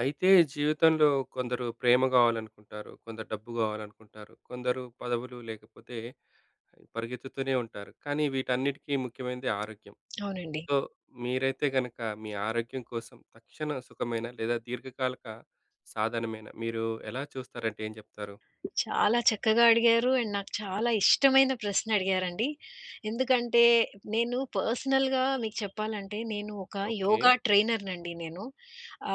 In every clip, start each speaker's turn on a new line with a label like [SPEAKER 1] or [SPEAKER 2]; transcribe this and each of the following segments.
[SPEAKER 1] అయితే జీవితంలో కొందరు ప్రేమ కావాలనుకుంటారు. కొందరు డబ్బు కావాలనుకుంటారు. కొందరు పదవులు లేకపోతే పరిగెత్తుతూనే ఉంటారు. కానీ వీటన్నిటికీ ముఖ్యమైనది ఆరోగ్యం.
[SPEAKER 2] అవునండి.
[SPEAKER 1] సో, మీరైతే గనక మీ ఆరోగ్యం కోసం తక్షణ సుఖమైన లేదా దీర్ఘకాలిక సాధనమైన మీరు ఎలా చూస్తారంటే ఏం చెప్తారు?
[SPEAKER 2] చాలా చక్కగా అడిగారు. అండ్ నాకు చాలా ఇష్టమైన ప్రశ్న అడిగారండి. ఎందుకంటే నేను పర్సనల్‌గా మీకు చెప్పాలంటే నేను ఒక
[SPEAKER 1] ఓకే.
[SPEAKER 2] యోగా ట్రైనర్‌నండి.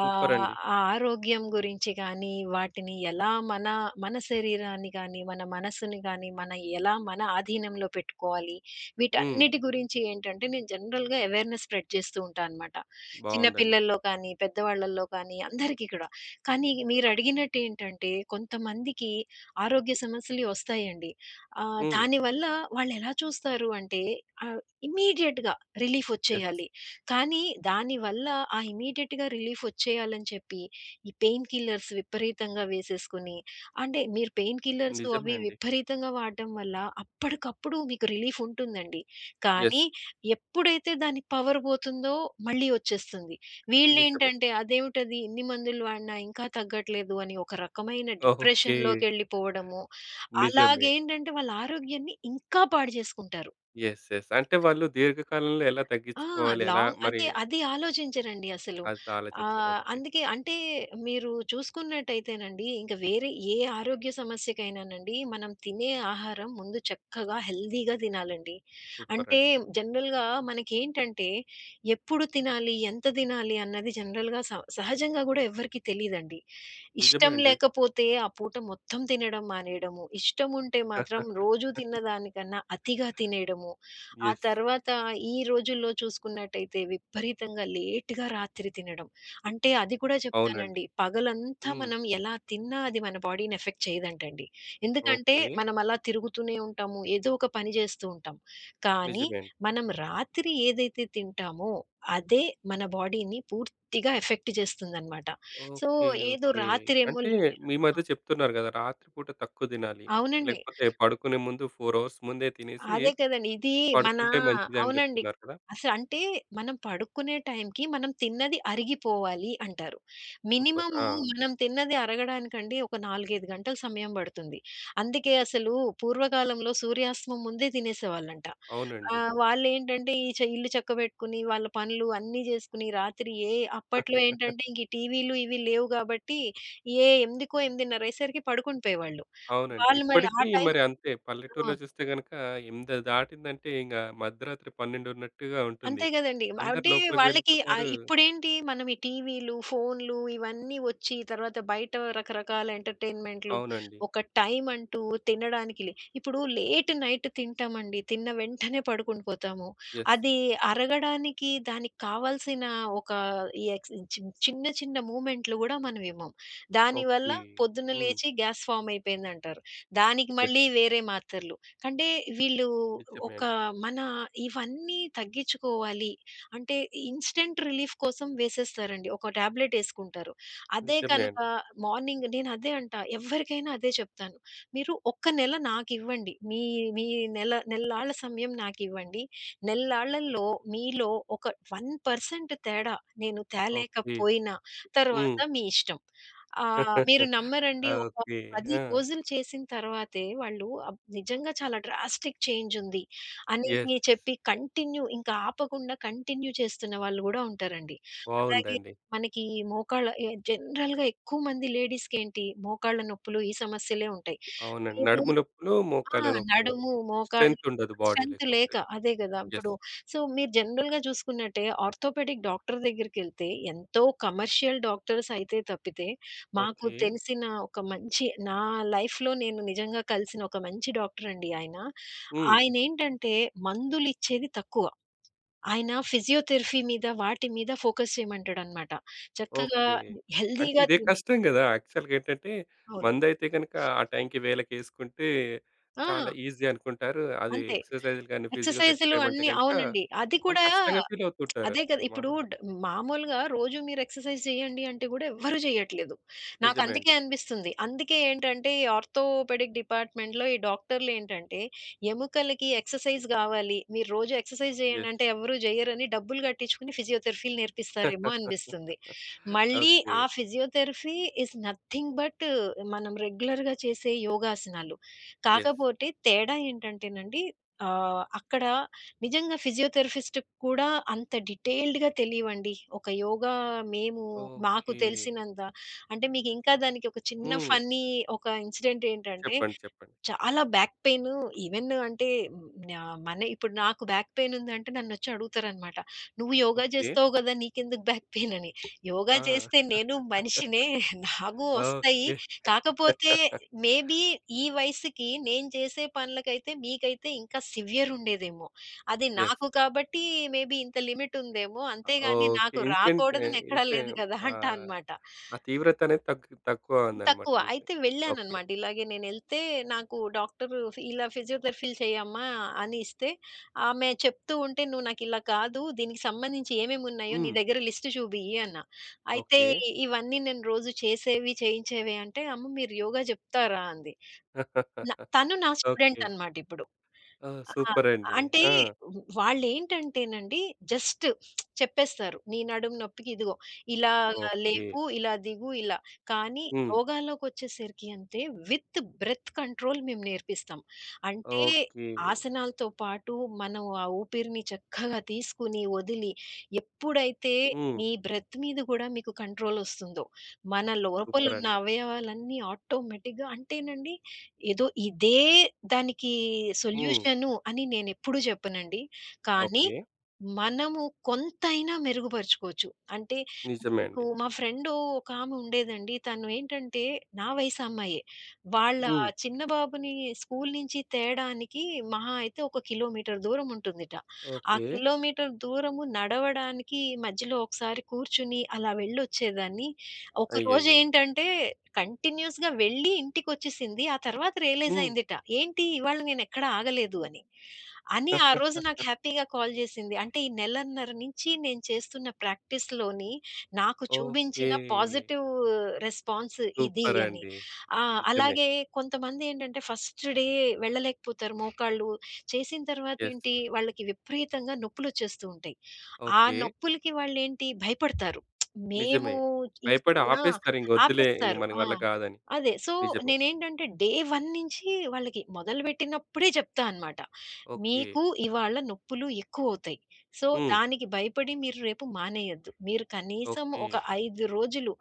[SPEAKER 1] సూపర్ అండి.
[SPEAKER 2] ఆ ఆరోగ్యం గురించి గానీ, వాటిని ఎలా మన మన శరీరాన్ని గానీ, మన మనసుని గానీ, మన ఎలా మన ఆధీనంలో పెట్టుకోవాలి,
[SPEAKER 1] హ్మ్.
[SPEAKER 2] వీటన్నిటి గురించి ఏంటంటే నేను జనరల్‌గా అవేర్‌నెస్ స్ప్రెడ్ చేస్తూ ఉంటా అనమాట. చిన్న
[SPEAKER 1] బావుందండి.
[SPEAKER 2] పిల్లల్లో కానీ, పెద్దవాళ్ళల్లో కానీ అందరికీ కూడా. కానీ
[SPEAKER 1] సూపర్.
[SPEAKER 2] మీరడిగినట్టేంటంటే కొంతమందికి ఆరోగ్య సమస్యలు వస్తాయండి.
[SPEAKER 1] హ్మ్.
[SPEAKER 2] దానివల్ల వాళ్ళెలా చూస్తారు అంటే ఆహ్, ఇమ్మీడియేట్‌గా
[SPEAKER 1] యెస్.
[SPEAKER 2] రిలీఫొచ్చేయాలి. కానీ దానివల్ల ఆ ఇమ్మీడియేట్‌గా రిలీఫొచ్చేయాలని చెప్పి ఈ పెయిన్ కిల్లర్స్ విపరీతంగా వేసేసుకొని అంటే మీరు పెయిన్ కిల్లర్స్
[SPEAKER 1] నిజమే
[SPEAKER 2] అవి
[SPEAKER 1] అండి.
[SPEAKER 2] విపరీతంగా వాడడం వల్ల అప్పటికప్పుడు మీకు రిలీఫుంటుందండి.
[SPEAKER 1] యెస్.
[SPEAKER 2] కానీ ఎప్పుడైతే దాని పవర్ పోతుందో మళ్ళీ వచ్చేస్తుంది.
[SPEAKER 1] నిజమే.
[SPEAKER 2] వీళ్ళేంటంటే అదేమిటది ఇన్ని మందులు వాడినా ఇంకా తగ్గట్లేదు అని ఒక రకమైన
[SPEAKER 1] ఓకే.
[SPEAKER 2] డిప్రెషన్‌లోకెళ్ళిపోవడము.
[SPEAKER 1] నిజమే.
[SPEAKER 2] అలాగేంటంటే వాళ్ళ ఆరోగ్యాన్ని ఇంకా పాడు చేసుకుంటారు.
[SPEAKER 1] యెస్, యెస్, అంటే వాళ్ళు దీర్ఘకాలంలో ఎలా
[SPEAKER 2] ఆ!
[SPEAKER 1] తగ్గించుకోవాలి? ఎలా
[SPEAKER 2] లాంగ్
[SPEAKER 1] మరి
[SPEAKER 2] అదే అది ఆలోచించరండి అసలు.
[SPEAKER 1] అది ఆలోచించారు. ఓకే.
[SPEAKER 2] అందుకే అంటే మీరు చూసుకున్నట్టయితేనండి, ఇంక వేరే ఏ ఆరోగ్య సమస్యకైనానండి, మనం తినే ఆహారం ముందు చక్కగా హెల్తీగా తినాలండి.
[SPEAKER 1] సూపర్
[SPEAKER 2] అంటే
[SPEAKER 1] అండి.
[SPEAKER 2] జనరల్‌గా మనకేంటంటే, ఎప్పుడు తినాలి, ఎంత తినాలి అన్నది జనరల్‌గా సహజంగా గూడా ఎవ్వరికీ తెలీదండి.
[SPEAKER 1] నిజమే
[SPEAKER 2] ఇష్టం
[SPEAKER 1] అండి.
[SPEAKER 2] లేకపోతే ఆ పూట మొత్తం తినడం మానేయడము, ఇష్టం ఉంటే మాత్రం రోజూ తిన్న దానికన్నా అతిగా తినేయడము, ఆ
[SPEAKER 1] యెస్.
[SPEAKER 2] తర్వాత ఈ రోజుల్లో చూసుకున్నట్టయితే విపరీతంగా లేట్‌గా రాత్రి తినడం. అంటే అది కూడా
[SPEAKER 1] అవునండి.
[SPEAKER 2] చెప్తానండి. పగలంతా
[SPEAKER 1] హ్మ్.
[SPEAKER 2] మనం ఎలా తిన్నా అది మన బాడీని ఎఫెక్ట్ చేయదంటండి. ఎందుకంటే
[SPEAKER 1] ఓకే.
[SPEAKER 2] మనం అలా తిరుగుతూనే ఉంటాము. ఏదో ఒక పని చేస్తూ ఉంటాం. కానీ
[SPEAKER 1] నిజమే అండి.
[SPEAKER 2] మనం రాత్రి ఏదైతే తింటామో అదే మన బాడీని పూర్తిగా ఎఫెక్ట్ చేస్తుందనమాట. So
[SPEAKER 1] okay.
[SPEAKER 2] ఏదో
[SPEAKER 1] ఓకే.
[SPEAKER 2] రాత్రేమో
[SPEAKER 1] అంటే
[SPEAKER 2] లే
[SPEAKER 1] మీ మధ్య చెప్తున్నారు గదా! రాత్రి పూట తక్కువ తినాలి.
[SPEAKER 2] అవునండి.
[SPEAKER 1] లేకపోతే పడుకునే ముందు 4 అవర్స్ ముందే తినేసి
[SPEAKER 2] అదే కదండీ. ఇది మన
[SPEAKER 1] పడుకుంటే మంచిదని
[SPEAKER 2] అవునండి.
[SPEAKER 1] జెప్తున్నారు కదా!
[SPEAKER 2] అసలంటే మనం పడుకునే టైంకి మనం తిన్నది అరిగిపోవాలి అంటారు.
[SPEAKER 1] సూపర్.
[SPEAKER 2] మినిమము
[SPEAKER 1] ఆ!
[SPEAKER 2] మనం తిన్నది అరగడానికండి ఒక 4, 5 గంటల సమయం పడుతుంది. అందుకే అసలు పూర్వకాలంలో సూర్యాస్తమం ముందే తినేసేవాళ్ళంట.
[SPEAKER 1] అవునండి.
[SPEAKER 2] వాళ్ళేంటంటే ఈ చ ఇల్లు చక్కబెట్టుకుని, వాళ్ళ పనులు అన్నీ చేసుకుని రాత్రి ఏ అప్పట్లో ఏంటంటే ఇంక ఈ టీవీలు ఇవి లేవు గాబట్టి ఏ 8కో, 8:30 అయ్యేసరికి పడుకుండిపోయేవాళ్ళు.
[SPEAKER 1] అవునండి.
[SPEAKER 2] వాళ్ళు మరి ఆ
[SPEAKER 1] ఇప్పటికీ మరి
[SPEAKER 2] టైంకి
[SPEAKER 1] అంతే.
[SPEAKER 2] ఆ!
[SPEAKER 1] పల్లెటూరులో చూస్తే గనక 8 దాటిందంటే ఇంక మధ్యరాత్రి 12 ఉన్నట్టుగా ఉంటుంది.
[SPEAKER 2] అంతే గదండీ!
[SPEAKER 1] అందరూ
[SPEAKER 2] అంటే
[SPEAKER 1] లోపలికి
[SPEAKER 2] వాళ్ళకి
[SPEAKER 1] వెళ్ళిపోతారు.
[SPEAKER 2] ఇప్పుడేంటి మనం ఈ టీవీలు, ఫోన్లు ఇవన్నీ వచ్చి తర్వాత బయట రకరకాల ఎంటర్‌టైన్‌మెంట్‌లు,
[SPEAKER 1] అవునండి.
[SPEAKER 2] ఒక టైమ్ అంటూ తినడానికి లే ఇప్పుడు లేట్ నైట్ తింటామండి. తిన్న వెంటనే పడుకుండి పోతాము.
[SPEAKER 1] యెస్.
[SPEAKER 2] అది అరగడానికి దానికి కావాల్సిన ఒక ఈ ఎక్స్ చి చిన్న చిన్న మూవ్‌మెంట్‌లు గూడా మనం ఇవ్వం. దానివల్ల
[SPEAKER 1] ఓకే.
[SPEAKER 2] పొద్దున్న
[SPEAKER 1] హ్మ్.
[SPEAKER 2] లేచి గ్యాస్ ఫార్మ్ అయిపోయిందంటారు. దానికి
[SPEAKER 1] యెస్.
[SPEAKER 2] మళ్ళీ వేరే మాత్రలు. అంటే వీళ్ళు
[SPEAKER 1] నిజమే
[SPEAKER 2] ఒక
[SPEAKER 1] అండి.
[SPEAKER 2] మన ఇవన్నీ తగ్గించుకోవాలి అంటే ఇన్‌స్టంట్ రిలీఫ్ కోసం వేసేస్తారండి. ఒక టాబ్లెట్ యేసుకుంటారు. అదే
[SPEAKER 1] నిజమే
[SPEAKER 2] కనుక
[SPEAKER 1] అండి.
[SPEAKER 2] మార్నింగ్ నేను అదే అంటా ఎవరికైనా అదే చెప్తాను. మీరు ఒక్క నెల నాకివ్వండి. మీ మీ నెల నెల్లాళ్ళ సమయం నాకివ్వండి. నెల్లాళ్ళలో మీలో ఒక 1% తేడా నేను
[SPEAKER 1] ఓకే.
[SPEAKER 2] తేలేకపోయినా
[SPEAKER 1] హ్మ్.
[SPEAKER 2] తర్వాత మీ ఇష్టం. మీరు నమ్మరండి ఒక
[SPEAKER 1] ఓకే.
[SPEAKER 2] 10
[SPEAKER 1] ఆ!
[SPEAKER 2] రోజులు చేసిన తర్వాతే వాళ్ళు నిజంగా చాలా డ్రాస్టిక్ చేంజ్ ఉంది అని
[SPEAKER 1] యెస్.
[SPEAKER 2] చెప్పి కంటిన్యూ ఇంకా ఆపకుండా కంటిన్యూ చేస్తున్న వాళ్ళు గూడా ఉంటారండి. అలాగే
[SPEAKER 1] బావుందండి.
[SPEAKER 2] మనకి మోకాళ్ళ ఎ జనరల్‌గా ఎక్కువ మంది లేడీస్‌కేంటి మోకాళ్ళ నొప్పులు ఈ సమస్యలే ఉంటాయి.
[SPEAKER 1] అవునండి.
[SPEAKER 2] మీరు
[SPEAKER 1] నడుము నొప్పులు,
[SPEAKER 2] ఆ!
[SPEAKER 1] మోకాళ్ళ నొప్పులు.
[SPEAKER 2] నడుము, మోకాళ్ళు
[SPEAKER 1] స్ట్రెంత్ ఉండదు బాడీలో
[SPEAKER 2] స్ట్రెంత్
[SPEAKER 1] ఎక్కువ.
[SPEAKER 2] లేక. అదే గదా!
[SPEAKER 1] యెస్.
[SPEAKER 2] సో, మీరు జనరల్‌గా చూసుకున్నట్టే ఆర్థోపెడిక్ డాక్టర్ దగ్గరికెళ్తే ఎంతో కమర్షియల్ డాక్టర్స్ అయితే తప్పితే, మాకు
[SPEAKER 1] ఓకే.
[SPEAKER 2] తెలిసిన ఒక మంచి నా లైఫ్‌లో నేను నిజంగా కలిసిన ఒక మంచి డాక్టర్ అండి ఆయన.
[SPEAKER 1] హ్మ్.
[SPEAKER 2] ఆయనేంటంటే మందులిచ్చేది తక్కువ. ఆయన ఫిజియోథెరపీ మీద వాటి మీద ఫోకస్ చేయమంటాడనమాట. చక్కగా
[SPEAKER 1] ఓకే. అంటే
[SPEAKER 2] హెల్తీగా
[SPEAKER 1] ఇదే
[SPEAKER 2] తిన్
[SPEAKER 1] కష్టం గదా! యాక్చువల్‌గా ఏంటంటే,
[SPEAKER 2] అవును.
[SPEAKER 1] మందైతే గనక ఆ టైంకి వేళకేసుకుంటే
[SPEAKER 2] ఆ!
[SPEAKER 1] చాలా ఈజీ అనుకుంటారు. అది
[SPEAKER 2] అంతే.
[SPEAKER 1] ఎక్సర్‌సైజ్‌లు గాని, ఫిజియోథెరపీ
[SPEAKER 2] ఎక్సర్‌సైజులు
[SPEAKER 1] చేయమంటే
[SPEAKER 2] అన్నీ
[SPEAKER 1] గనక
[SPEAKER 2] అవునండి. అది
[SPEAKER 1] వాళ్ళు
[SPEAKER 2] కూడా
[SPEAKER 1] కష్టంగా ఫీల్ అవుతుంటారు
[SPEAKER 2] అదే కదా! ఇప్పుడు
[SPEAKER 1] మామూలుగా.
[SPEAKER 2] డ్ మామూలుగా రోజు మీరు ఎక్సర్‌సైజ్ చేయండి అంటే గూడా ఎవ్వరు చేయట్లేదు. నాకు
[SPEAKER 1] నిజమే
[SPEAKER 2] అందుకే
[SPEAKER 1] అండి.
[SPEAKER 2] అనిపిస్తుంది. అందుకే ఏంటంటే ఈ ఆర్థోపెడిక్ డిపార్ట్‌మెంట్‌లో ఈ డాక్టర్‌లేంటంటే ఎముకలకి ఎక్సర్‌సైజ్ గావాలి. మీరు రోజు ఎక్సర్‌సైజ్ చేయండి
[SPEAKER 1] యెస్.
[SPEAKER 2] అంటే ఎవరు జెయ్యరని డబ్బులు కట్టించుకొని ఫిజియోథెరపీలు నేర్పిస్తారేమో అనిపిస్తుంది. మళ్ళీ
[SPEAKER 1] ఓకే.
[SPEAKER 2] ఆ ఫిజియోథెరపీ ఈస్ నథింగ్ బట్ మనం రెగ్యులర్‌గా చేసే యోగాసనాలు.
[SPEAKER 1] యెస్.
[SPEAKER 2] కాకపోతే తేడా ఏంటంటేనండి అక్కడ నిజంగా ఫిజియోథెరపిస్ట్‌కి కూడా అంత డీటెయిల్డ్‌గా తెలియవండి. ఒక యోగా మేము మాకు
[SPEAKER 1] ఓకే.
[SPEAKER 2] తెలిసినంత. అంటే మీకింకా దానికి ఒక చిన్న
[SPEAKER 1] హ్మ్.
[SPEAKER 2] ఫన్నీ ఒక ఇన్సిడెంట్ ఏంటంటే,
[SPEAKER 1] చెప్పండి. చెప్పండి.
[SPEAKER 2] చాలా బ్యాక్ పెయిన్ ఈవెన్ అంటే మ్, నా మన ఇప్పుడు నాకు బ్యాక్ పెయిన్ ఉందంటే నన్నొచ్చి అడుగుతారనమాట. "నువ్వు యోగా
[SPEAKER 1] ఓకే.
[SPEAKER 2] చేస్తావు గదా! నీకెందుకు బ్యాక్ పెయిన్" అని. యోగా
[SPEAKER 1] ఆ!
[SPEAKER 2] చేస్తే నేను మనిషినే నాకు వస్తాయి.
[SPEAKER 1] ఓకే.
[SPEAKER 2] కాకపోతే మేబీ ఈ వయసుకి నేను చేసే పనులకైతే మీకైతే ఇంకా సివియర్ ఉండేదేమో. అది
[SPEAKER 1] యెస్.
[SPEAKER 2] నాకు కాబట్టి మేబీ ఇంత లిమిట్ ఉందేమో. అంతేగాని
[SPEAKER 1] ఓకే.
[SPEAKER 2] నాకు
[SPEAKER 1] ఇన్‌స్టెంట్ ఆహ్,
[SPEAKER 2] రాకూడదని ఎక్కడా
[SPEAKER 1] ఇన్‌స్టె
[SPEAKER 2] లేదు కదా!
[SPEAKER 1] ఆ!
[SPEAKER 2] అంటా అనమాట.
[SPEAKER 1] ఆ తీవ్రత అనేది తగ్గు తక్కువ ఉందన్నమాట
[SPEAKER 2] తక్కువ.
[SPEAKER 1] మీకు.
[SPEAKER 2] అయితే
[SPEAKER 1] ఓకే.
[SPEAKER 2] వెళ్ళాననమాట. ఇలాగే నేనెళ్తే నాకు డాక్టరు ఫి ఇలా ఫిజియోథెరపీలు చెయ్యమ్మా అని ఇస్తే, ఆమె చెప్తూ ఉంటే, "నువ్వు నాకిలా కాదు, దీనికి సంబంధించి ఏమేమున్నాయో నీ
[SPEAKER 1] హ్మ్.
[SPEAKER 2] దగ్గర లిస్ట్ చూపియి" అన్న. అయితే
[SPEAKER 1] ఓకే.
[SPEAKER 2] ఇవన్నీ నేను రోజు చేసేవి, చేయించేవి అంటే, "అమ్మ మీరు యోగా చెప్తారా?" అంది. తను నా
[SPEAKER 1] ఓకే.
[SPEAKER 2] స్టూడెంట్ అనమాట ఇప్పుడు.
[SPEAKER 1] ఆ!
[SPEAKER 2] ఆ!
[SPEAKER 1] సూపర్ అండి.
[SPEAKER 2] అంటే
[SPEAKER 1] ఆ!
[SPEAKER 2] వాళ్ళేంటంటేనండి జస్ట్ చెప్పేస్తారు. "నీ నడుము నొప్పికి ఇదిగో ఇలా
[SPEAKER 1] ఓకే.
[SPEAKER 2] లేపు, ఇలా దిగు, ఇలా" కానీ
[SPEAKER 1] హ్మ్.
[SPEAKER 2] యోగాలోకొచ్చేసరికి అంటే విత్ బ్రెత్ కంట్రోల్ మేము నేర్పిస్తాం. అంటే
[SPEAKER 1] ఓకే.
[SPEAKER 2] ఆసనాలతో పాటు మనం ఆ ఊపిరిని చక్కగా తీసుకుని, వదిలి ఎప్పుడైతే
[SPEAKER 1] హ్మ్.
[SPEAKER 2] మీ బ్రెత్ మీద గూడా మీకు కంట్రోలొస్తుందో, మన
[SPEAKER 1] సూపర్
[SPEAKER 2] లోపలున్న
[SPEAKER 1] అండి.
[SPEAKER 2] అవయవాలన్నీ ఆటోమేటిక్‌గా అంటేనండి ఏదో ఇదే దానికి
[SPEAKER 1] హ్మ్.
[SPEAKER 2] సొల్యూషను అని నేనెప్పుడూ చెప్పనండి. కానీ
[SPEAKER 1] ఓకే.
[SPEAKER 2] మనము కొంతైనా మెరుగుపరుచుకోవచ్చు. అంటే
[SPEAKER 1] నిజమే
[SPEAKER 2] మీకు
[SPEAKER 1] అండి.
[SPEAKER 2] మా ఫ్రెండు ఒకామె ఉండేదండి. తను ఏంటంటే నా వయసు అమ్మాయే. వాళ్ళ
[SPEAKER 1] హ్మ్.
[SPEAKER 2] చిన్న బాబుని స్కూల్ నుంచి తేడానికి మహా అయితే ఒక కిలోమీటర్ దూరం ఉంటుందిట. ఆ
[SPEAKER 1] ఓకే.
[SPEAKER 2] కిలోమీటర్ దూరము నడవడానికి మధ్యలో ఒకసారి కూర్చుని అలా వెళ్ళొచ్చేదాన్ని. ఒకరోజు
[SPEAKER 1] అయ్యయ్యో!
[SPEAKER 2] ఏంటంటే కంటిన్యూయస్‌గా వెళ్ళి ఇంటికొచ్చేసింది. ఆ తర్వాత రియలైజ్
[SPEAKER 1] హ్మ్.
[SPEAKER 2] అయిందిట. ఏంటి ఇవాళ నేనెక్కడ ఆగలేదు అని. అని ఆ రోజు నాకు హ్యాపీగా కాల్ జేసింది. అంటే ఈ నెలన్నర నుంచి నేను చేస్తున్న ప్రాక్టీస్‌లోని నాకు
[SPEAKER 1] ఓకే.
[SPEAKER 2] చూపించిన పాజిటివ్ రెస్పాన్స్ ఇది
[SPEAKER 1] సూపర్
[SPEAKER 2] అని.
[SPEAKER 1] అండి. నిజమే.
[SPEAKER 2] అలాగే కొంతమందేంటంటే ఫస్ట్ డే వెళ్ళలేకపోతారు మోకాళ్ళు. చేసిన తర్వాత
[SPEAKER 1] యెస్.
[SPEAKER 2] ఏంటి వాళ్ళకి విపరీతంగా నొప్పులొచ్చేస్తూ ఉంటాయి. ఆ
[SPEAKER 1] ఓకే.
[SPEAKER 2] నొప్పులకి వాళ్ళేంటి భయపడతారు. మేము
[SPEAKER 1] నిజమే.
[SPEAKER 2] ఇంక్
[SPEAKER 1] భయపడి
[SPEAKER 2] ఆ!
[SPEAKER 1] ఆపేస్తారు ఇంక వద్దులే ఇంక
[SPEAKER 2] ఆపేస్తారు.
[SPEAKER 1] మన
[SPEAKER 2] ఆ!
[SPEAKER 1] వల్ల కాదని.
[SPEAKER 2] అదే. సో,
[SPEAKER 1] నిజమే.
[SPEAKER 2] నేనేంటంటే డే 1 నుంచి వాళ్ళకి మొదలుపెట్టినప్పుడే చెప్తా అనమాట.
[SPEAKER 1] ఓకే.
[SPEAKER 2] మీకు ఇవాళ నొప్పులు ఎక్కువవుతాయి. సో,
[SPEAKER 1] హ్మ్.
[SPEAKER 2] దానికి భయపడి మీరు రేపు మానేయొద్దు. మీరు కనీసం
[SPEAKER 1] ఓకే.
[SPEAKER 2] ఒక 5 రోజులు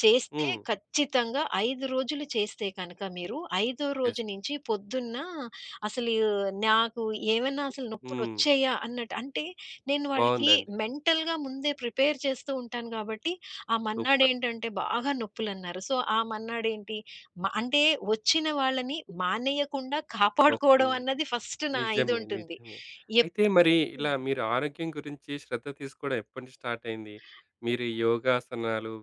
[SPEAKER 2] చేస్తే
[SPEAKER 1] హ్మ్.
[SPEAKER 2] ఖచ్చితంగా 5 రోజులు చేస్తే కనుక మీరు, ఐదో రోజు
[SPEAKER 1] యెస్.
[SPEAKER 2] నుంచి పొద్దున్న అసలు నాకు ఏమైనా అసలు
[SPEAKER 1] హ్మ్.
[SPEAKER 2] నొప్పులొచ్చాయా అన్నట్టు అంటే నేను వాళ్ళకి
[SPEAKER 1] బావుందండి.
[SPEAKER 2] మెంటల్‌గా ముందే ప్రిపేర్ చేస్తూ ఉంటాను కాబట్టి, ఆ
[SPEAKER 1] సూపర్.
[SPEAKER 2] మన్నాడేంటంటే బాగా నొప్పులన్నారు. సో, ఆ మన్నాడేంటి అంటే వచ్చిన వాళ్ళని మానేయకుండా
[SPEAKER 1] ఓకే.
[SPEAKER 2] కాపాడుకోవడం అన్నది ఫస్ట్ నా
[SPEAKER 1] నిజమే.
[SPEAKER 2] ఇదుంటుంది.
[SPEAKER 1] నిజమే.
[SPEAKER 2] ఎప్
[SPEAKER 1] అయితే మరి ఇలా మీరు ఆరోగ్యం గురించి శ్రద్ధ తీసుకోవడం ఎప్పటి నుంచి స్టార్ట్ అయింది? మీరు ఈ యోగాసనాలు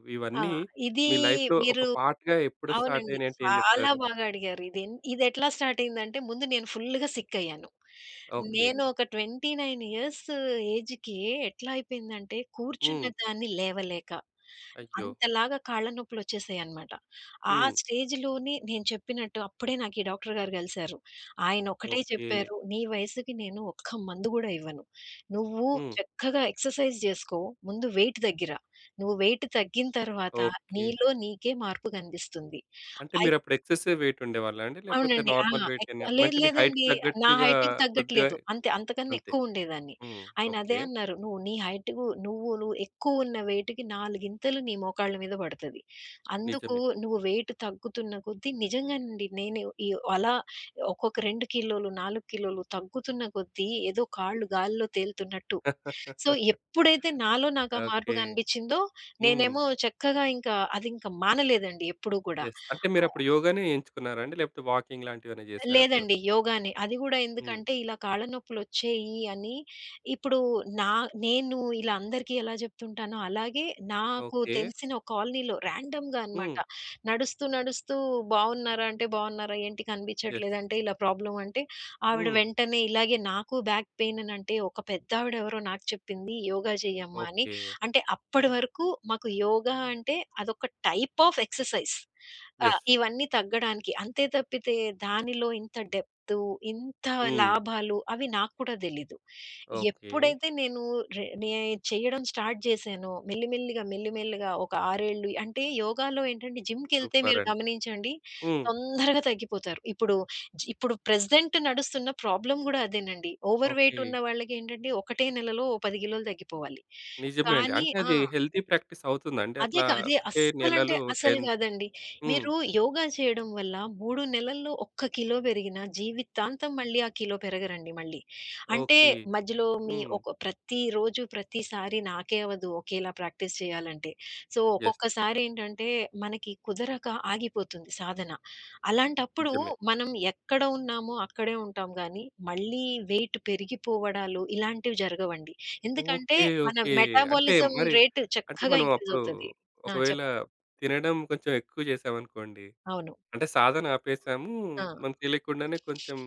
[SPEAKER 2] ఆ!
[SPEAKER 1] ఇవన్నీ
[SPEAKER 2] ఇది
[SPEAKER 1] మీ లైఫ్‌లో ఒక
[SPEAKER 2] మీరు
[SPEAKER 1] పార్ట్‌గా ఎప్పుడు స్టార్ట్
[SPEAKER 2] అవునండి.
[SPEAKER 1] అయినాయంటే ఏం
[SPEAKER 2] చాలా
[SPEAKER 1] చెప్తారు?
[SPEAKER 2] బాగా అడిగారు. ఇదెట్లా స్టార్ట్ అయిందంటే ముందు నేను ఫుల్‌గా సిక్ అయ్యాను.
[SPEAKER 1] ఓకే.
[SPEAKER 2] నేను ఒక 29 ఇయర్స్ ఏజ్‌కి ఎట్లా అయిపోయిందంటే కూర్చున్న
[SPEAKER 1] హ్మ్.
[SPEAKER 2] దాన్ని లేవలేక,
[SPEAKER 1] అయ్యో!
[SPEAKER 2] అంతలాగా కాళ్ళ నొప్పులొచ్చేసాయన్నమాట. ఆ
[SPEAKER 1] హ్మ్.
[SPEAKER 2] స్టేజ్‌లోనే నేను చెప్పినట్టు అప్పుడే నాకు ఈ డాక్టర్ గారు కలిసారు. ఆయన ఒకటే
[SPEAKER 1] ఓకే.
[SPEAKER 2] చెప్పారు, "నీ వయసుకి నేను ఒక్క మందు గూడా ఇవ్వను. నువ్వు
[SPEAKER 1] హ్మ్.
[SPEAKER 2] చక్కగా ఎక్సర్‌సైజ్ జేసుకో. ముందు వెయిట్ దగ్గిర. నువ్వు వెయిట్ తగ్గిన తర్వాత
[SPEAKER 1] ఓకే.
[SPEAKER 2] నీలో నీకే మార్పు గనిపిస్తుంది."
[SPEAKER 1] అంటే
[SPEAKER 2] అయి
[SPEAKER 1] మీరప్పుడు ఎక్సెసివ్ వెయిట్ ఉండేవాళ్ళా అండి? లేకపోతే
[SPEAKER 2] అవునండి. ఆ!
[SPEAKER 1] నార్మల్
[SPEAKER 2] ఎక్
[SPEAKER 1] వెయిటేనా?
[SPEAKER 2] లేదు
[SPEAKER 1] అంటే మీ హైట్‌కి
[SPEAKER 2] లేదండి. నా
[SPEAKER 1] తగ్గట్టుగా
[SPEAKER 2] హైట్‌కి
[SPEAKER 1] కొద్దిగా
[SPEAKER 2] తగ్గట్లేదు. అంతే అంతకన్నా
[SPEAKER 1] అంతే.
[SPEAKER 2] ఎక్కువుండేదాన్ని.
[SPEAKER 1] హ్మ్.
[SPEAKER 2] ఆయన
[SPEAKER 1] ఓకే.
[SPEAKER 2] అదే అన్నారు. "నువ్వు నీ హైట్‌కు నువ్వు నువ్వు ఎక్కువున్న వెయిట్‌కి నాలుగింతలు నీ మోకాళ్ళ మీద పడతది. అందుకు
[SPEAKER 1] నిజమే.
[SPEAKER 2] నువ్వు వెయిట్ తగ్గుతున్న కొద్దీ" నిజంగానండి. నేను ఈ అలా ఒక్కొక్క 2 కిలోలు, 4 కిలోలు తగ్గుతున్న కొద్దీ ఏదో కాళ్ళు గాలిలో తేలుతున్నట్టు. సో, ఎప్పుడైతే నాలో నాకు ఆ మార్పు
[SPEAKER 1] ఓకే.
[SPEAKER 2] కనిపించిందో,
[SPEAKER 1] హ్మ్.
[SPEAKER 2] నేనేమో చక్కగా ఇంకా అదింక మానలేదండి ఎప్పుడు కూడా.
[SPEAKER 1] యెస్. అంటే మీరప్పుడు
[SPEAKER 2] ఆహ్
[SPEAKER 1] యోగానే ఎంచుకున్నారా అండి? లేకపోతే వాకింగ్ లాంటివేమైనా జేసారా అప్పుడు?
[SPEAKER 2] లేదండి. యోగానే. అది గూడా
[SPEAKER 1] హ్మ్.
[SPEAKER 2] ఎందుకంటే ఇలా కాళ్ళ నొప్పులొచ్చేయి అని ఇప్పుడు నా నేను ఇలా అందరికీ ఎలా జెప్తుంటానో అలాగే నాకు
[SPEAKER 1] ఓకే.
[SPEAKER 2] తెలిసిన ఒక కాలనీలో ర్యాండమ్‌గా
[SPEAKER 1] హ్మ్.
[SPEAKER 2] అన్నమాట. నడుస్తూ, బావున్నారా? అంటే బావున్నారా? ఏంటి
[SPEAKER 1] యెస్.
[SPEAKER 2] కనిపించట్లేదంటే ఇలా ప్రాబ్లమ్ అంటే ఆవిడ
[SPEAKER 1] హ్మ్.
[SPEAKER 2] వెంటనే ఇలాగే నాకు బ్యాక్ పెయిన్ అని అంటే ఒక పెద్దావిడ ఎవరో నాకు చెప్పింది యోగా జెయ్యమ్మా అని.
[SPEAKER 1] ఓకే.
[SPEAKER 2] అంటే అప్పటి వరకు మాకు యోగా అంటే అదొక టైప్ ఆఫ్ ఎక్సర్‌సైజ్. ఆ!
[SPEAKER 1] యెస్.
[SPEAKER 2] ఇవన్నీ తగ్గడానికి. అంతే తప్పితే దానిలో ఇంత డెప్తు, ఇంత
[SPEAKER 1] హ్మ్.
[SPEAKER 2] లాభాలు అవి నాకు కూడా తెలీదు.
[SPEAKER 1] ఓకే.
[SPEAKER 2] ఎప్పుడైతే నేను రె నే చేయడం స్టార్ట్ చేశానో మెల్లిమెల్లిగా, ఒక 6 ఏళ్ళు అంటే యోగాలో ఏంటంటే జిమ్‌కెళ్తే మీరు
[SPEAKER 1] సూపరండి.
[SPEAKER 2] గమనించండి
[SPEAKER 1] హ్మ్.
[SPEAKER 2] తొందరగా తగ్గిపోతారు. ఇప్పుడు ప్రెజెంట్ నడుస్తున్న ప్రాబ్లమ్ కూడా అదేనండి. Overweight
[SPEAKER 1] okay.
[SPEAKER 2] ఉన్న వాళ్ళకి ఏంటంటే ఒకటే నెలలో ఓ 10 కిలోలు తగ్గిపోవాలి.
[SPEAKER 1] నిజమే అండి.
[SPEAKER 2] కానీ
[SPEAKER 1] అంటే
[SPEAKER 2] ఆ!
[SPEAKER 1] అది హెల్తీ ప్రాక్టీస్ అవుతుందండి? అట్లా
[SPEAKER 2] అదే
[SPEAKER 1] ఒకటే
[SPEAKER 2] అస్సలంటే
[SPEAKER 1] నెలలు 10
[SPEAKER 2] అసలు కాదండి.
[SPEAKER 1] హ్మ్.
[SPEAKER 2] మీరు యోగా చేయడం వల్ల 3 నెలల్లో ఒక్క కిలో పెరిగినా జీవితాంతం మళ్ళీ ఆ కిలో పెరగరండి మళ్ళీ. అంటే
[SPEAKER 1] ఓకే.
[SPEAKER 2] మధ్యలో మీ
[SPEAKER 1] హ్మ్.
[SPEAKER 2] ఒక ప్రతిరోజు ప్రతిసారి నాకే అవ్వదు ఒకేలా ప్రాక్టీస్ చేయాలంటే. So,
[SPEAKER 1] yes.
[SPEAKER 2] ఒక్కొక్కసారి ఏంటంటే మనకి కుదరక ఆగిపోతుంది సాధన. అలాంటప్పుడు
[SPEAKER 1] నిజమే.
[SPEAKER 2] మనం ఎక్కడ ఉన్నామో అక్కడే ఉంటాం గానీ మళ్ళీ వెయిట్ పెరిగిపోవడాలు ఇలాంటివి జరగవండి. ఎందుకంటే
[SPEAKER 1] ఓకే.
[SPEAKER 2] మన
[SPEAKER 1] ఓకే. అంటే
[SPEAKER 2] మెటాబాలిజం
[SPEAKER 1] మరి
[SPEAKER 2] రేట్
[SPEAKER 1] అంటే
[SPEAKER 2] చక్కగా
[SPEAKER 1] మనం
[SPEAKER 2] ఇంక్రీజ్
[SPEAKER 1] అప్పుడు
[SPEAKER 2] అవుతది. ఆ!
[SPEAKER 1] ఒకవేళ
[SPEAKER 2] చెప్పండి.
[SPEAKER 1] తినడం కొంచెం ఎక్కువ జేసామనుకోండి
[SPEAKER 2] అవును.
[SPEAKER 1] అంటే సాధన ఆపేసాము.
[SPEAKER 2] ఆ!
[SPEAKER 1] మనకు తెలియకుండానే కొంచెం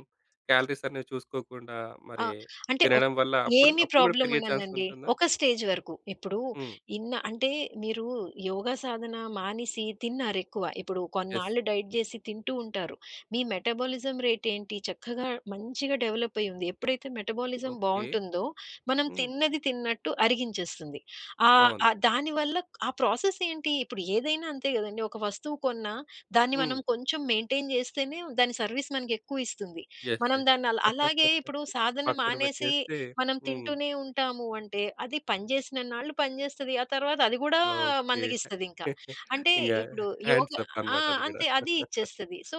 [SPEAKER 1] క్యాలరీస్ అనేవి చూసుకోకుండా
[SPEAKER 2] ఆ!
[SPEAKER 1] మరి
[SPEAKER 2] అంటే ఒక్
[SPEAKER 1] తినడం వల్ల అప్పుడు
[SPEAKER 2] ఏమి
[SPEAKER 1] అప్పుడు గూడా
[SPEAKER 2] ప్రాబ్లమ్
[SPEAKER 1] పెరిగే ఛాన్స్
[SPEAKER 2] ఉండదండి.
[SPEAKER 1] ఉంటుందా?
[SPEAKER 2] ఒక స్టేజ్ వరకు. ఇప్పుడు
[SPEAKER 1] హ్మ్.
[SPEAKER 2] ఇన్న అంటే మీరు యోగా సాధన మానేసి తిన్నారెక్కువ. ఇప్పుడు
[SPEAKER 1] యెస్.
[SPEAKER 2] కొన్నాళ్ళు డైట్ జేసి తింటూ ఉంటారు. మీ మెటబాలిజం రేట్ ఏంటి? చక్కగా మంచిగా డెవలప్ అయ్యి ఉంది. ఎప్పుడైతే మెటబాలిజం
[SPEAKER 1] ఓకే.
[SPEAKER 2] బావుంటుందో, మనం
[SPEAKER 1] హ్మ్.
[SPEAKER 2] తిన్నది తిన్నట్టు అరిగించేస్తుంది. ఆహ్,
[SPEAKER 1] బావుంది.
[SPEAKER 2] ఆహ్, దానివల్ల ఆ ప్రాసెస్ ఏంటి? ఇప్పుడు ఏదైనా అంతే గదండీ. ఒక వస్తువు కొన్నా దాన్ని
[SPEAKER 1] హ్మ్.
[SPEAKER 2] మనం కొంచెం మెయింటైన్ జేస్తేనే దాని సర్వీస్ మనకెక్కువ ఇస్తుంది.
[SPEAKER 1] యెస్.
[SPEAKER 2] మనం
[SPEAKER 1] యెస్.
[SPEAKER 2] దాన్ని అలా అలాగే ఇప్పుడు సాధన
[SPEAKER 1] పక్కన
[SPEAKER 2] మానేసి
[SPEAKER 1] పెట్టేస్తే
[SPEAKER 2] మనం
[SPEAKER 1] హ్మ్.
[SPEAKER 2] తింటూనే ఉంటాము అంటే, అది పనిచేసినన్నాళ్ళు పనిచేస్తది. ఆ తర్వాత అది కూడా
[SPEAKER 1] ఓకే.
[SPEAKER 2] మందగిస్తదింకా. అంటే
[SPEAKER 1] ఇంగ
[SPEAKER 2] ఇప్పుడు యోగ
[SPEAKER 1] హ్యాండ్స్ అప్
[SPEAKER 2] ఆ!
[SPEAKER 1] అన్నమాట అది గూడా.
[SPEAKER 2] అంతే అది ఇచ్చేస్తది. So,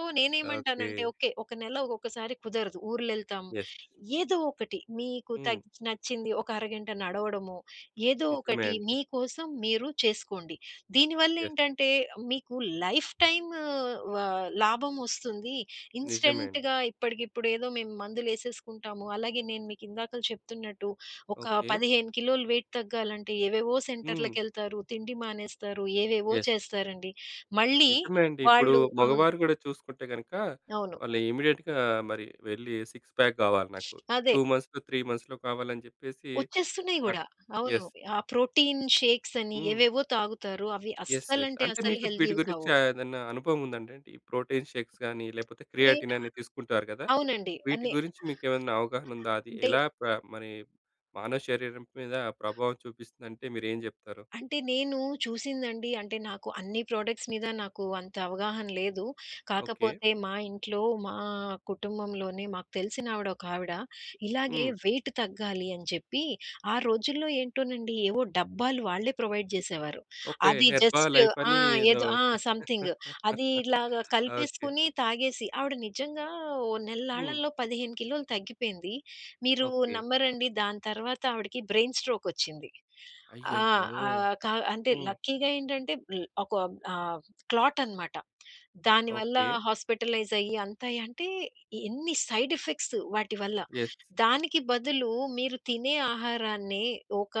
[SPEAKER 1] okay.
[SPEAKER 2] నేనేమంటానంటే ఓకే. ఒక నెల ఒక్కొక్కసారి కుదరదు. ఊర్లెళ్తాము.
[SPEAKER 1] యెస్.
[SPEAKER 2] ఏదో ఒకటి మీకు
[SPEAKER 1] హ్మ్.
[SPEAKER 2] తగ్ నచ్చింది ఒక అరగంట నడవడమో, ఏదో
[SPEAKER 1] నిజమే
[SPEAKER 2] ఒకటి
[SPEAKER 1] అండి.
[SPEAKER 2] మీకోసం మీరు చేసుకోండి.
[SPEAKER 1] యెస్.
[SPEAKER 2] దీనివల్లేంటంటే మీకు లైఫ్ టైమ్ వ లాభం వస్తుంది.
[SPEAKER 1] నిజమే అండి.
[SPEAKER 2] ఇన్‌స్టంట్‌గా ఇప్పటికిప్పుడు ఏదో మేము మందులేసేసుకుంటాము. అలాగే నేను మీకు ఇందాకల చెప్తున్నట్టు ఒక
[SPEAKER 1] ఓకే.
[SPEAKER 2] 15 కిలోలు వెయిట్ తగ్గాలంటే ఏవేవో
[SPEAKER 1] హ్మ్.
[SPEAKER 2] సెంటర్‌లకెళ్తారు. తిండి మానేస్తారు. ఏవేవో
[SPEAKER 1] యెస్.
[SPEAKER 2] చేస్తారండి. మళ్ళీ
[SPEAKER 1] నిజమే అండి. ఇప్పుడు
[SPEAKER 2] వాళ్ళు అవును.
[SPEAKER 1] మగవారు గూడా చూసుకుంటే గనక,
[SPEAKER 2] అవును.
[SPEAKER 1] వాళ్ళు ఇమ్మీడియేట్‌గా మరి వెళ్లి సిక్స్ ప్యాక్ గావాలి నాకు.
[SPEAKER 2] అదే.
[SPEAKER 1] 2 మంత్స్‌లో, 3 మంత్స్‌లో కావాలని జెప్పేసి
[SPEAKER 2] వచ్చేస్తున్నాయి
[SPEAKER 1] కట్
[SPEAKER 2] గూడా. అవును.
[SPEAKER 1] యెస్.
[SPEAKER 2] ఆ ప్రోటీన్ షేక్స్ అని
[SPEAKER 1] హ్మ్.
[SPEAKER 2] ఏవేవో తాగుతారు. అవి
[SPEAKER 1] యెస్. యెస్.
[SPEAKER 2] అస్సలంటే
[SPEAKER 1] అంటే
[SPEAKER 2] అసలు
[SPEAKER 1] మీకు వీటి
[SPEAKER 2] హెల్తీవి
[SPEAKER 1] గురించి
[SPEAKER 2] కావు.
[SPEAKER 1] ఏదన్నా అనుభవం ఉందండి? అంటే ఈ ప్రోటీన్ షేక్స్ గాని, లేపోతే
[SPEAKER 2] నేను
[SPEAKER 1] క్రియాటిన్ అని తీసుకుంటారు గదా!
[SPEAKER 2] అవునండి.
[SPEAKER 1] వీటి
[SPEAKER 2] అన్ని
[SPEAKER 1] గురించి మీకేమన్నా అవగాహన ఉందా? అది
[SPEAKER 2] అంటే
[SPEAKER 1] ఎలా ప్ర మరి మానవ శరీరం మీద ప్రభావం చూపిస్తుందంటే మీరేం జెప్తారు?
[SPEAKER 2] అంటే నేను చూసిందండి. అంటే నాకు అన్ని ప్రొడక్ట్స్ మీద నాకు అంత అవగాహన లేదు.
[SPEAKER 1] ఓకే.
[SPEAKER 2] కాకపోతే మా ఇంట్లో, కుటుంబంలోనే మాకు తెలిసిన ఆవిడ ఒకావిడ ఇలాగే
[SPEAKER 1] హ్మ్.
[SPEAKER 2] వెయిట్ తగ్గాలి అని చెప్పి, ఆ రోజుల్లో ఏంటోనండి ఏవో డబ్బాలు వాళ్ళే ప్రొవైడ్ జేసేవారు.
[SPEAKER 1] ఓకే.
[SPEAKER 2] అది
[SPEAKER 1] హెర్బా
[SPEAKER 2] జస్ట్
[SPEAKER 1] లైఫ్
[SPEAKER 2] ఆ!
[SPEAKER 1] అని ఏదో
[SPEAKER 2] ఏదో ఆ! సంథింగ్ అది ఇలాగా
[SPEAKER 1] ఓకే.
[SPEAKER 2] కలిపేసుకొని తాగేసి ఆవిడ నిజంగా ఓ
[SPEAKER 1] హ్మ్.
[SPEAKER 2] నెల్లాళ్లలో 15 కిలోలు తగ్గిపోయింది. మీరు
[SPEAKER 1] ఓకే.
[SPEAKER 2] నమ్మరండి దాని తర్వాత ఆవిడకి బ్రెయిన్ స్ట్రోక్ వచ్చింది. ఆ!
[SPEAKER 1] అయ్యయ్యో!
[SPEAKER 2] ఆహ్, కా అంటే
[SPEAKER 1] హ్మ్.
[SPEAKER 2] లక్కీగా ఏంటంటే ఆహ్, క్లాట్ అనమాట. దానివల్ల
[SPEAKER 1] ఓకే.
[SPEAKER 2] హాస్పిటలైజ్ అయ్యి అంత అయ్యి అంటే ఎన్ని సైడ్ ఎఫెక్ట్స్ వాటి వల్ల.
[SPEAKER 1] యెస్.
[SPEAKER 2] దానికి బదులు మీరు తినే ఆహారాన్ని ఒక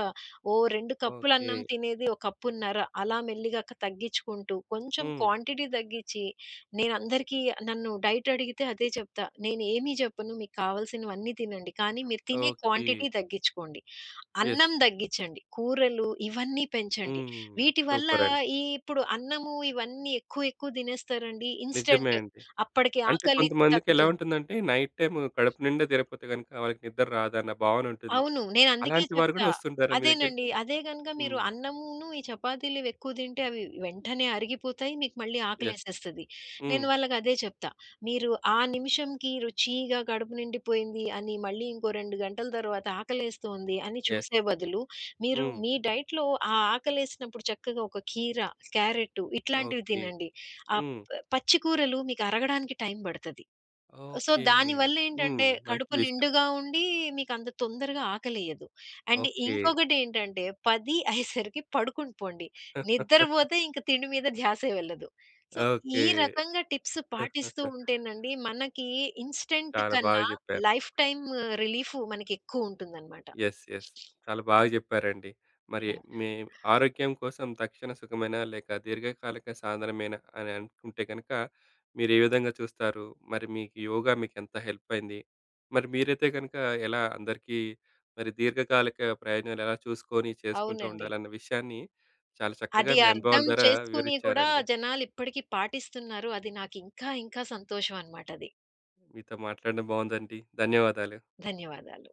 [SPEAKER 2] ఓ 2 కప్పులు
[SPEAKER 1] ఓకే.
[SPEAKER 2] అన్నం తినేది ఓ కప్పున్నర అలా మెల్లిగా తగ్గించుకుంటూ కొంచెం
[SPEAKER 1] హ్మ్.
[SPEAKER 2] క్వాంటిటీ తగ్గించి నేనందరికీ నన్ను డైట్ అడిగితే అదే చెప్తా. నేనేమీ జెప్పను. మీకు కావాల్సినవన్నీ తినండి. కానీ మీరు తినే
[SPEAKER 1] ఓకే.
[SPEAKER 2] క్వాంటిటీ తగ్గించుకోండి.
[SPEAKER 1] యెస్.
[SPEAKER 2] అన్నం దగ్గిచ్చండి. కూరలు ఇవన్నీ పెంచండి.
[SPEAKER 1] హ్మ్.
[SPEAKER 2] వీటి వల్ల
[SPEAKER 1] సూపరండి.
[SPEAKER 2] ఈ ఇప్పుడు అన్నము ఇవన్నీ ఎక్కువ ఎక్కువ తినేస్తారండి.
[SPEAKER 1] నిజమే
[SPEAKER 2] ఇన్‌స్టంట్
[SPEAKER 1] అండి.
[SPEAKER 2] అప్పటికి
[SPEAKER 1] అంటే
[SPEAKER 2] ఆకలి
[SPEAKER 1] కొంతమందికెలా
[SPEAKER 2] తగ్గుతుంది.
[SPEAKER 1] ఉంటుందంటే నైట్ టైమ్ కడుపు నిండా తినకపోతే గనుక వాళ్ళకి నిద్ర రాదన్న భావన ఉంటుంది.
[SPEAKER 2] అవును. నేనందుకే
[SPEAKER 1] అలాంటి వారు
[SPEAKER 2] చెప్తా.
[SPEAKER 1] గూడా వస్తుంటారా మీ దగ్గరికి?
[SPEAKER 2] అదేనండి. అదే గనుక మీరు
[SPEAKER 1] హ్మ్.
[SPEAKER 2] అన్నమును, ఈ చపాతీలు ఇవెక్కువ తింటే అవి వెంటనే అరిగిపోతాయి. మీకు మళ్ళీ
[SPEAKER 1] యెస్.
[SPEAKER 2] ఆకలేసేస్తది. నేను
[SPEAKER 1] హ్మ్.
[SPEAKER 2] వాళ్ళకదే చెప్తా. మీరు ఆ నిమిషంకి రుచిగా కడుపు నిండిపోయింది అని మళ్ళీ ఇంకో 2 గంటల తర్వాత ఆకలేస్తోంది అని
[SPEAKER 1] యెస్.
[SPEAKER 2] చూసే బదులు, మీరు
[SPEAKER 1] హ్మ్.
[SPEAKER 2] మీ డైట్‌లో ఆ ఆకలేసినప్పుడు చక్కగా ఒక కీర, క్యారెట్టు ఇట్లాంటివి
[SPEAKER 1] ఓకే.
[SPEAKER 2] తినండి. ఆ ప
[SPEAKER 1] హ్మ్.
[SPEAKER 2] పచ్చి కూరలు మీకు అరగడానికి టైం పడతది. So,
[SPEAKER 1] okay. హ్మ్.
[SPEAKER 2] దానివల్లేంటంటే
[SPEAKER 1] మంచి
[SPEAKER 2] కడుపు
[SPEAKER 1] విషయం.
[SPEAKER 2] నిండుగా ఉండి మీకంత తొందరగా ఆకలేయదు. And
[SPEAKER 1] okay.
[SPEAKER 2] ఇంకొకటేంటంటే 10 అయ్యేసరికి పడుకుని పోండి. నిద్రపోతే ఇంక తిండి మీద ధ్యాసే వెళ్ళదు. So,
[SPEAKER 1] okay.
[SPEAKER 2] ఈ రకంగా టిప్స్ పాటిస్తూ ఉంటేనండి మనకి ఇన్‌స్టంట్
[SPEAKER 1] చాలా బాగా
[SPEAKER 2] కన్నా
[SPEAKER 1] చెప్పారు.
[SPEAKER 2] లైఫ్ టైమ్ రిలీఫ్ మనకెక్కువుంటుందనమాట.
[SPEAKER 1] యెస్, యెస్, చాలా బాగా జెప్పారండి. మరి
[SPEAKER 2] యాహ్!
[SPEAKER 1] మీ ఆరోగ్యం కోసం తక్షణ సుఖమేనా? లేక దీర్ఘకాలిక సాధనమేనా? అని అనుకుంటే గనక మీరే విధంగా చూస్తారు? మరి మీకు యోగా మీకెంత హెల్ప్ అయింది? మరి మీరైతే గనక ఎలా అందరికీ మరి దీర్ఘకాలిక ప్రయోజనాలు ఎలా చూసుకొని చేసుకుంటూ
[SPEAKER 2] అవునండి.
[SPEAKER 1] ఉండాలన్న విషయాన్ని చాలా చక్కగా
[SPEAKER 2] అది
[SPEAKER 1] మీ అనుభవాల
[SPEAKER 2] అర్థం
[SPEAKER 1] ద్వారా
[SPEAKER 2] చేసుకుని కూడా
[SPEAKER 1] వివరించారండి.
[SPEAKER 2] జనాలిప్పటికి పాటిస్తున్నారు. అది నాకింకా ఇంకా ఇంకా సంతోషం అనమాటది.
[SPEAKER 1] మీతో మాట్లాడడం బావుందండి. ధన్యవాదాలు.
[SPEAKER 2] ధన్యవాదాలు.